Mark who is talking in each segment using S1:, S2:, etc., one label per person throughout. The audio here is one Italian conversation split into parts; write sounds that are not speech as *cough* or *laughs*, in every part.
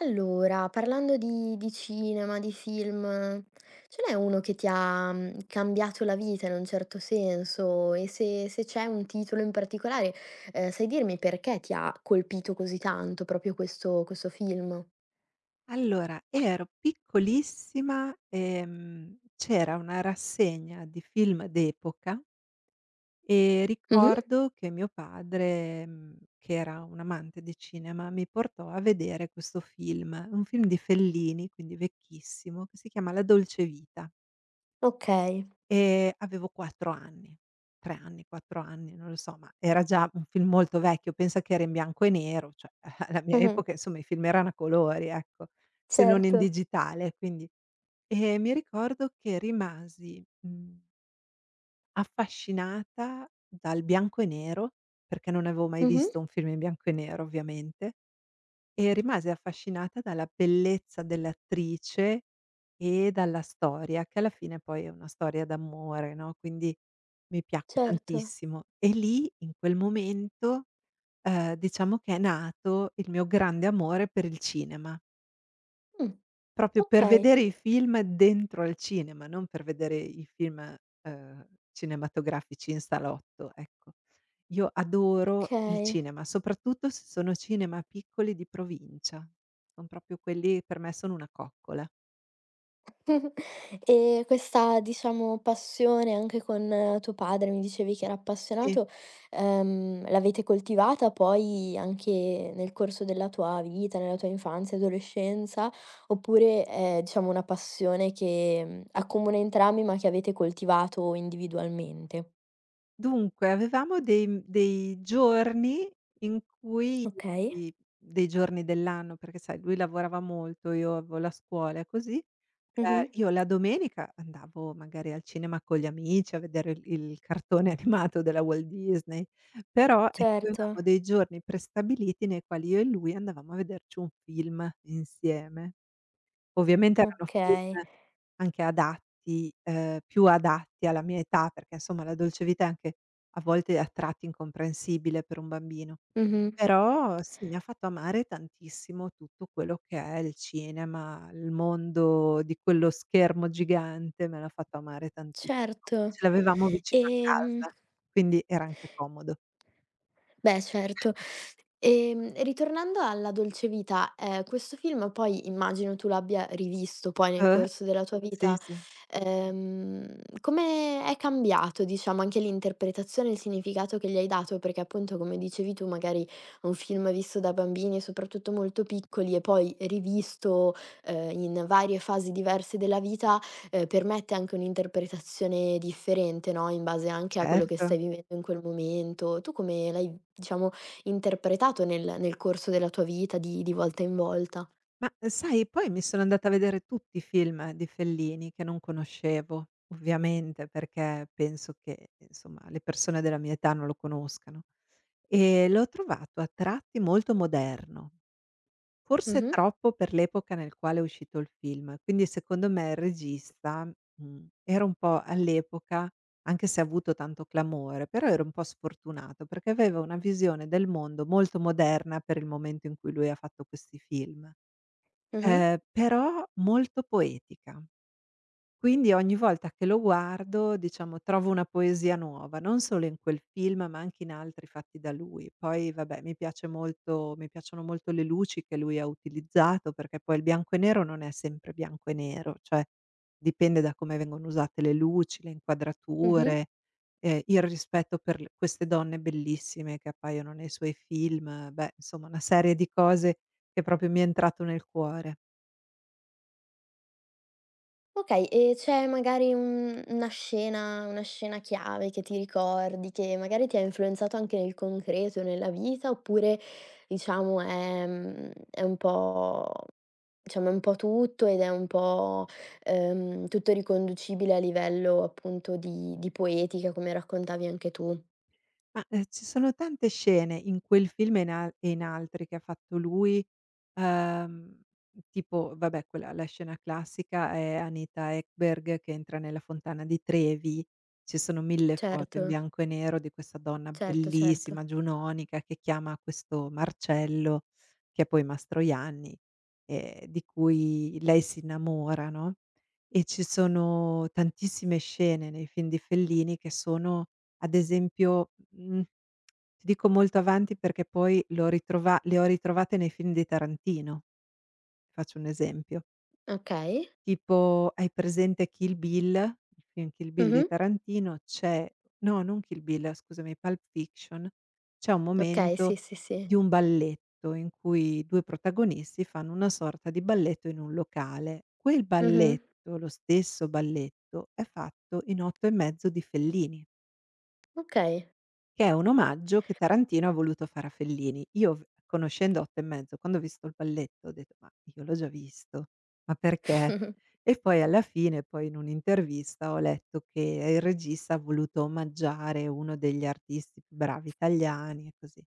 S1: Allora, parlando di cinema, di film, ce n'è uno che ti ha cambiato la vita in un certo senso? E se c'è un titolo in particolare, sai dirmi perché ti ha colpito così tanto proprio questo film?
S2: Allora, ero piccolissima, c'era una rassegna di film d'epoca e
S1: Mh-mh.
S2: ricordo che mio padre, che era un amante di cinema, mi portò a vedere questo film, un film di Fellini, quindi vecchissimo, che si chiama La dolce vita
S1: Okay. *laughs*
S2: e avevo 4 anni, 3 anni, 4 anni, non lo so, ma era già un film molto vecchio, pensa che era in bianco e nero, cioè *laughs* alla mia
S1: Mh-mh.
S2: epoca insomma i film erano a colori, ecco, se non in
S1: Certo.
S2: digitale, quindi e mi ricordo che rimasi, affascinata dal bianco e nero, perché non avevo mai
S1: Mh-mh.
S2: visto un film in bianco e nero ovviamente, e rimasi affascinata dalla bellezza dell'attrice e dalla storia, che alla fine poi è una storia d'amore, no, quindi mi piacque
S1: Certo.
S2: tantissimo. E lì, in quel momento, diciamo che è nato il mio grande amore per il cinema.
S1: Mh.
S2: Proprio per
S1: Okay,
S2: vedere i film dentro al cinema, non per vedere i film, cinematografici in salotto, ecco. Io adoro il
S1: okay.
S2: cinema, soprattutto se sono cinema piccoli di provincia. Son proprio quelli, per me sono una coccola.
S1: *laughs* E questa, diciamo, passione anche con tuo padre, mi dicevi che era
S2: Sì.
S1: appassionato. L'avete coltivata poi anche nel corso della tua vita, nella tua infanzia, adolescenza, oppure è, diciamo, una passione che accomuna entrambi, ma che avete coltivato individualmente?
S2: Dunque, avevamo dei giorni in cui
S1: Okay.
S2: i dei giorni dell'anno, perché sai lui lavorava molto, io avevo la scuola e così,
S1: Mh-mh.
S2: io la domenica andavo magari al cinema con gli amici a vedere il cartone *laughs* animato della Walt Disney, però ecco
S1: Certo,
S2: avevamo dei giorni prestabiliti nei quali io e lui andavamo a vederci un film insieme. Ovviamente erano film
S1: okay.
S2: anche adatti più adatti alla mia età, perché insomma La dolce vita è anche a volte a tratti incomprensibile per un bambino.
S1: Mh-mh.
S2: Però sì, mi ha fatto amare tantissimo tutto quello che è il cinema, il mondo di quello schermo gigante, me l'ha fatto amare tantissimo. Poi
S1: Certo.
S2: ce l'avevamo vicino a
S1: Ehm,
S2: casa, quindi era anche comodo.
S1: Beh, certo. Ritornando alla Dolce Vita, questo film poi immagino tu l'abbia rivisto poi nel
S2: Eh,
S1: corso della tua
S2: sì,
S1: vita.
S2: sì,
S1: Ehm, Come è cambiato, diciamo, anche l'interpretazione e il significato che gli hai dato? Perché appunto, come dicevi tu, magari è un film visto da bambini, soprattutto molto piccoli, e poi rivisto, in varie fasi diverse della vita, permette anche un'interpretazione differente, no, in base anche a quello che
S2: certo.
S1: stai vivendo in quel momento. Tu come l'hai, diciamo, interpretato nel corso della tua vita di volta in volta.
S2: Ma, sai, poi mi sono andata a vedere tutti i film di Fellini che non conoscevo, ovviamente, perché penso che, insomma, le persone della mia età non lo conoscano. E l'ho trovato a tratti molto moderno, forse
S1: Mh-mh,
S2: troppo per l'epoca nel quale è uscito il film. Quindi secondo me il regista, era un po' all'epoca, anche se ha avuto tanto clamore, però era un po' sfortunato perché aveva una visione del mondo molto moderna per il momento in cui lui ha fatto questi film.
S1: mh-mh,
S2: Però molto poetica. Quindi ogni volta che lo guardo, diciamo, trovo una poesia nuova, non solo in quel film, ma anche in altri fatti da lui. Poi vabbè, mi piacciono molto le luci che lui ha utilizzato, perché poi il bianco e nero non è sempre bianco e nero, cioè dipende da come vengono usate le luci, le
S1: mh-mh.
S2: inquadrature, il rispetto per l queste donne bellissime che appaiono nei suoi film, beh, insomma una serie di cose che proprio mi è entrato nel cuore.
S1: Okay, e c'è magari un una scena chiave che ti ricordi, che magari ti ha influenzato anche nel concreto, nella vita, oppure diciamo è è un po', diciamo è un po' tutto ed è un po', tutto riconducibile a livello appunto di poetica, come raccontavi anche tu.
S2: Ma, ci sono tante scene in quel film e in al e in altri che ha fatto lui, ehm, tipo vabbè quella la scena classica è Anita Ekberg che entra nella fontana di Trevi, ci sono 1000 foto
S1: Certo,
S2: in bianco e nero di questa donna
S1: certo, certo.
S2: bellissima, giunonica, che chiama questo Marcello, che è poi Mastroianni, di cui lei si innamora, no, e ci sono tantissime scene nei film di Fellini che sono ad esempio, ti dico molto avanti perché poi l'ho ritrova le ho ritrovate nei film di Tarantino, faccio un esempio.
S1: Okay.
S2: Tipo, hai presente Kill Bill? Il film Kill Bill di
S1: Mh-mh.
S2: Tarantino c'è no, non Kill Bill, scusami, Pulp Fiction, c'è un
S1: Okay,
S2: momento
S1: sì, sì, sì.
S2: di un balletto in cui i 2 protagonisti fanno una sorta di balletto in un locale. Quel
S1: Mh-mh.
S2: balletto, lo stesso balletto, è fatto in 8 e mezzo di Fellini.
S1: Okay.
S2: Che è un omaggio che Tarantino ha voluto fare a Fellini. Io v Conoscendo Otto e mezzo, quando ho visto il balletto ho detto: "Ma io l'ho già visto, ma perché?"
S1: *laughs*
S2: E poi alla fine, poi in un'intervista ho letto che il regista ha voluto omaggiare uno degli artisti più bravi italiani e così.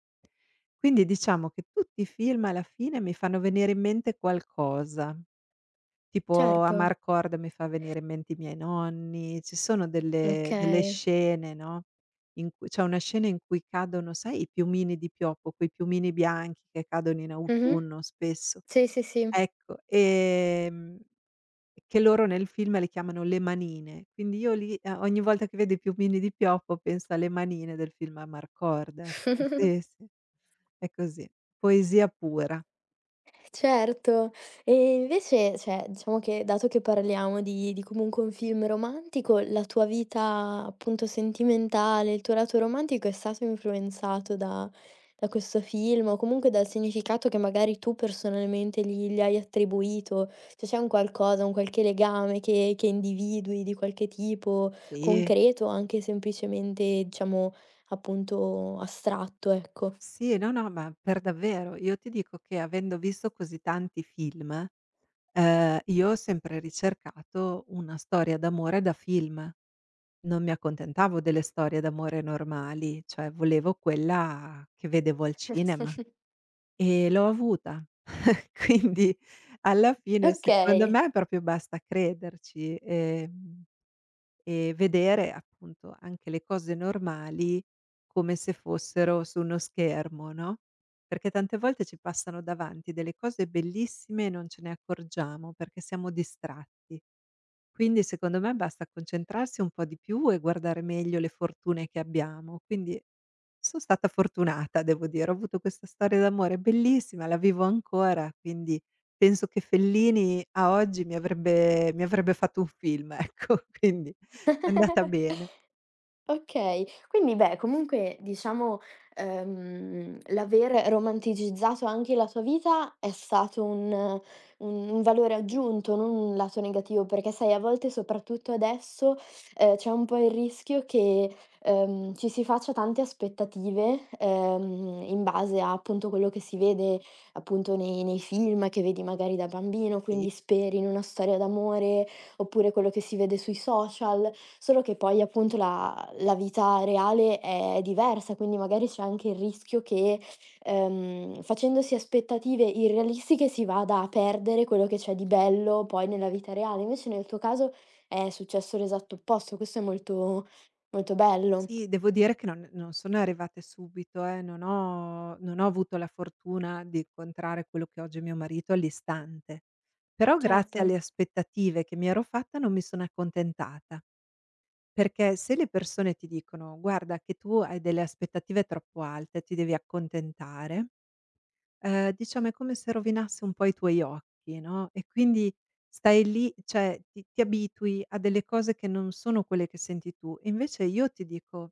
S2: Quindi diciamo che tutti i film alla fine mi fanno venire in mente qualcosa. Tipo
S1: Certo.
S2: Amarcord mi fa venire in mente i miei nonni, ci sono delle
S1: Okay.
S2: scene, no, in cui c'è una scena in cui cadono, sai, i piumini di pioppo, quei piumini bianchi che cadono in
S1: Mh-mh.
S2: autunno spesso?
S1: Sì, sì, sì.
S2: Ecco, che loro nel film le chiamano le manine, quindi io lì, ogni volta che vedo i piumini di pioppo penso alle manine del film Amarcord, ecco. Sì,
S1: *laughs*
S2: sì, è così. Poesia pura.
S1: Certo. E invece, cioè, diciamo che dato che parliamo di comunque un film romantico, la tua vita appunto sentimentale, il tuo lato romantico è stato influenzato da da questo film o comunque dal significato che magari tu personalmente gli hai attribuito? Cioè c'è un qualcosa, un qualche legame che individui di qualche tipo,
S2: Sì.
S1: concreto o anche semplicemente diciamo appunto astratto, ecco.
S2: Sì, no, no, ma per davvero. Io ti dico che, avendo visto così tanti film, io ho sempre ricercato una storia d'amore da film. Non mi accontentavo delle storie d'amore normali, cioè volevo quella che vedevo al cinema
S1: *laughs*
S2: e l'ho avuta. *laughs* Quindi alla fine secondo
S1: Okay.
S2: me proprio basta crederci, e vedere appunto anche le cose normali come se fossero su uno schermo, no, perché tante volte ci passano davanti delle cose bellissime e non ce ne accorgiamo perché siamo distratti. Quindi secondo me basta concentrarsi un po' di più e guardare meglio le fortune che abbiamo. Quindi son stata fortunata, devo dire, ho avuto questa storia d'amore bellissima, la vivo ancora, quindi penso che Fellini a oggi mi avrebbe fatto un film *laughs* ecco, quindi è andata
S1: *laughs*
S2: bene.
S1: Okay. Quindi beh, comunque diciamo, l'aver romanticizzato anche la tua vita è stato un valore aggiunto, non un lato negativo, perché sai a volte, soprattutto adesso, c'è un po' il rischio che, ci si faccia tante aspettative, in base a, appunto, quello che si vede, appunto, nei film che vedi magari da bambino,
S2: Sì.
S1: quindi speri in una storia d'amore oppure quello che si vede sui social, solo che poi appunto la vita reale è diversa, quindi magari c'è anche il rischio che, facendosi aspettative irrealistiche si vada a perdere quello che c'è di bello poi nella vita reale. Invece nel tuo caso è successo l'esatto opposto, questo è molto molto bello.
S2: Sì, devo dire che non sono arrivate subito, non ho avuto la fortuna di incontrare quello che oggi è mio marito all'istante. Però grazie
S1: Certo.
S2: alle aspettative che mi ero fatta non mi sono accontentata, perché se le persone ti dicono: "Guarda che tu hai delle aspettative troppo alte, ti devi accontentare". Diciamo è come se rovinasse un po' i tuoi occhi, no, e quindi stai lì, cioè ti abitui a delle cose che non sono quelle che senti tu. E invece io ti dico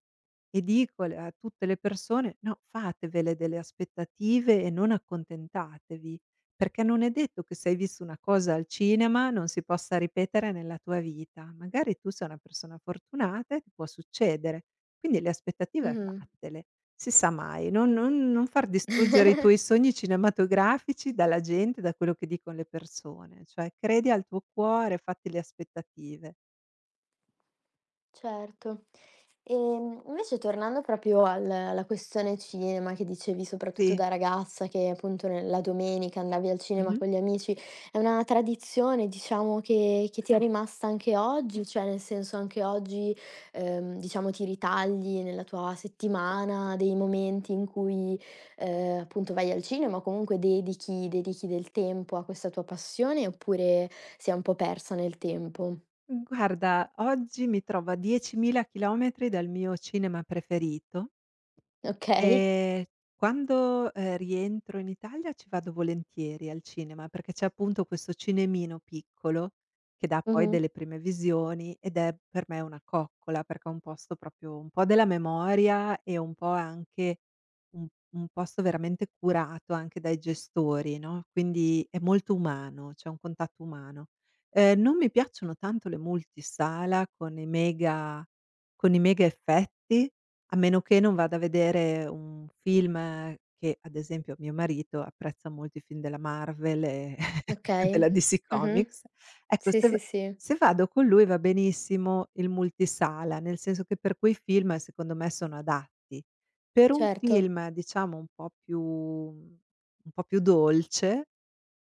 S2: e dico le a tutte le persone: "No, fatevele delle aspettative e non accontentatevi, perché non è detto che se hai visto una cosa al cinema non si possa ripetere nella tua vita. Magari tu sei una persona fortunata e ti può succedere. Quindi le aspettative
S1: Mh-mh.
S2: fattele." Si sa mai, non far distruggere i tuoi
S1: *laughs*
S2: sogni cinematografici dalla gente, da quello che dicono le persone, cioè credi al tuo cuore, fatti le aspettative.
S1: Certo. Invece tornando proprio al alla questione cinema che dicevi soprattutto
S2: Sì,
S1: da ragazza che appunto ne la domenica andavi al cinema
S2: mh-mh.
S1: con gli amici, è una tradizione diciamo che ti è rimasta anche oggi? Cioè nel senso anche oggi, diciamo ti ritagli nella tua settimana dei momenti in cui, appunto vai al cinema o comunque dedichi del tempo a questa tua passione oppure si è un po' persa nel tempo?
S2: Guarda, oggi mi trovo a 10.000 chilometri dal mio cinema preferito.
S1: Okay.
S2: Ehm, Quando, rientro in Italia ci vado volentieri al cinema, perché c'è appunto questo cinemino piccolo che dà poi
S1: Mh-mh.
S2: delle prime visioni ed è per me una coccola, perché è un posto proprio un po' della memoria e un po' anche un un posto veramente curato anche dai gestori, no, quindi è molto umano, c'è un contatto umano. Non mi piacciono tanto le multisala con i mega effetti, a meno che non vada a vedere un film che, ad esempio, mio marito apprezza molto i film della Marvel e *laughs*
S1: Okay.
S2: della DC
S1: Mh-mh.
S2: Comics. Ecco,
S1: Sì, sì, sì.
S2: se vado con lui va benissimo il multisala, nel senso che per quei film secondo me sono adatti. Per un
S1: Certo.
S2: film, diciamo, un po' più dolce,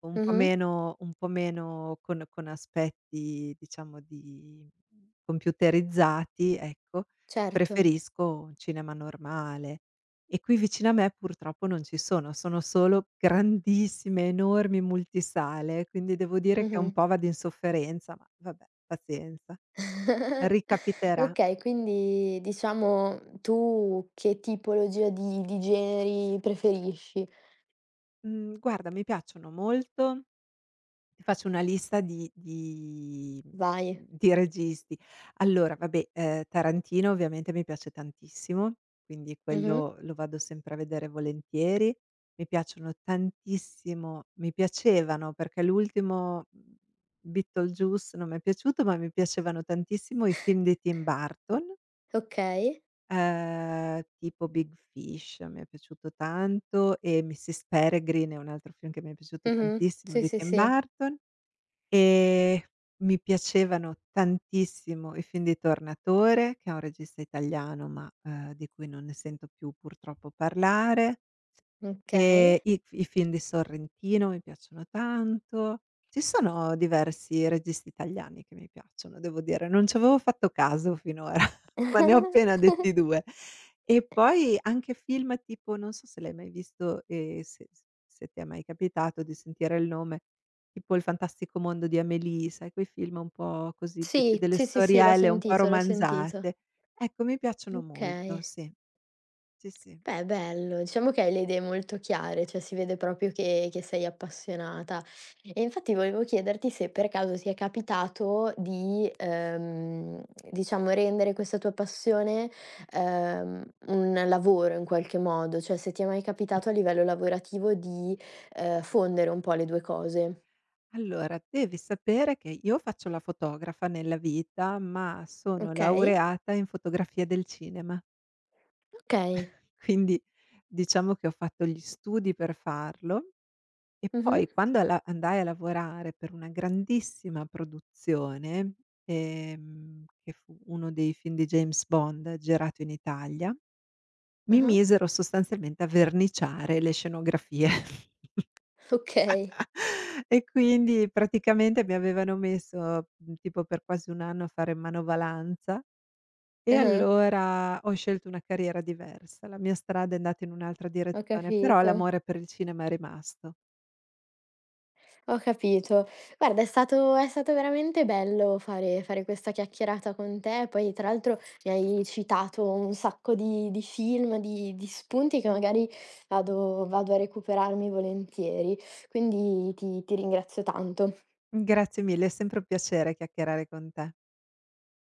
S1: Mh-mh.
S2: un po' meno con aspetti diciamo di computerizzati, ecco,
S1: Certo.
S2: preferisco un cinema normale. E qui vicino a me purtroppo non ci sono, sono solo grandissime, enormi multisale, quindi devo dire che un
S1: Mh-mh.
S2: po' vado in sofferenza, ma vabbè, pazienza,
S1: *laughs*
S2: ricapiterà.
S1: Okay, quindi diciamo tu che tipologia di generi preferisci?
S2: Mhmm, Guarda, mi piacciono molto. Ti faccio una lista di
S1: Vai.
S2: di registi. Allora vabbè, Tarantino ovviamente mi piace tantissimo, quindi
S1: Mh-mh.
S2: quello lo vado sempre a vedere volentieri. Mi piacciono tantissimo Mi piacevano, perché l'ultimo, Beetlejuice, non mi è piaciuto, ma mi piacevano tantissimo i film di Tim Burton,
S1: Okay.
S2: tipo Big Fish mi è piaciuto tanto e Mrs. Peregrine è un altro film che mi è piaciuto
S1: Mh-mh.
S2: tantissimo
S1: Sì,
S2: di
S1: sì,
S2: Tim
S1: sì.
S2: Burton. Ehm, Mi piacevano tantissimo i film di Tornatore, che è un regista italiano, ma, di cui non ne sento più purtroppo parlare.
S1: Okay.
S2: I film di Sorrentino mi piacciono tanto. Ci sono diversi registi italiani che mi piacciono, devo dire, non ci avevo fatto caso finora, *laughs* ma ne ho appena detti
S1: *laughs*
S2: 2. E poi anche film tipo, non so se l'hai mai visto e se ti è mai capitato di sentire il nome, tipo Il fantastico mondo di Amélie, sai, quei film un po' così de
S1: Sì,
S2: delle
S1: sì, sì, sì, l'ho
S2: storielle un po'
S1: sentito, l'ho sentito.
S2: romanzate. Ecco, mi piacciono molto,
S1: Okay.
S2: sì. Sì, sì.
S1: Beh, bello, diciamo che hai le idee molto chiare, cioè si vede proprio che sei appassionata. E infatti volevo chiederti se per caso ti è capitato di, diciamo rendere questa tua passione, ehm, un lavoro in qualche modo, cioè se ti è mai capitato a livello lavorativo di, fondere un po' le 2 cose.
S2: Allora, devi sapere che io faccio la fotografa nella vita, ma sono
S1: Okay.
S2: laureata in fotografia del cinema.
S1: Okay.
S2: *laughs* Quindi diciamo che ho fatto gli studi per farlo e
S1: Mh-mh.
S2: poi quando alla andai a lavorare per una grandissima produzione, che fu uno dei film di James Bond girato in Italia, mi
S1: Ah-ah.
S2: misero sostanzialmente a verniciare le scenografie. *laughs*
S1: Okay.
S2: E quindi praticamente mi avevano messo, tipo per quasi un anno, a fare manovalanza, e
S1: Ah-ah.
S2: allora ho scelto una carriera diversa, la mia strada è andata in un'altra
S1: Ho
S2: direzione, però
S1: capito.
S2: l'amore per il cinema è rimasto.
S1: Ho capito. Guarda, è stato veramente bello fare questa chiacchierata con te, poi tra l'altro mi hai citato un sacco di film, di spunti che magari vado a recuperarmi volentieri, quindi ti ringrazio tanto.
S2: Grazie mille, è sempre un piacere chiacchierare con te.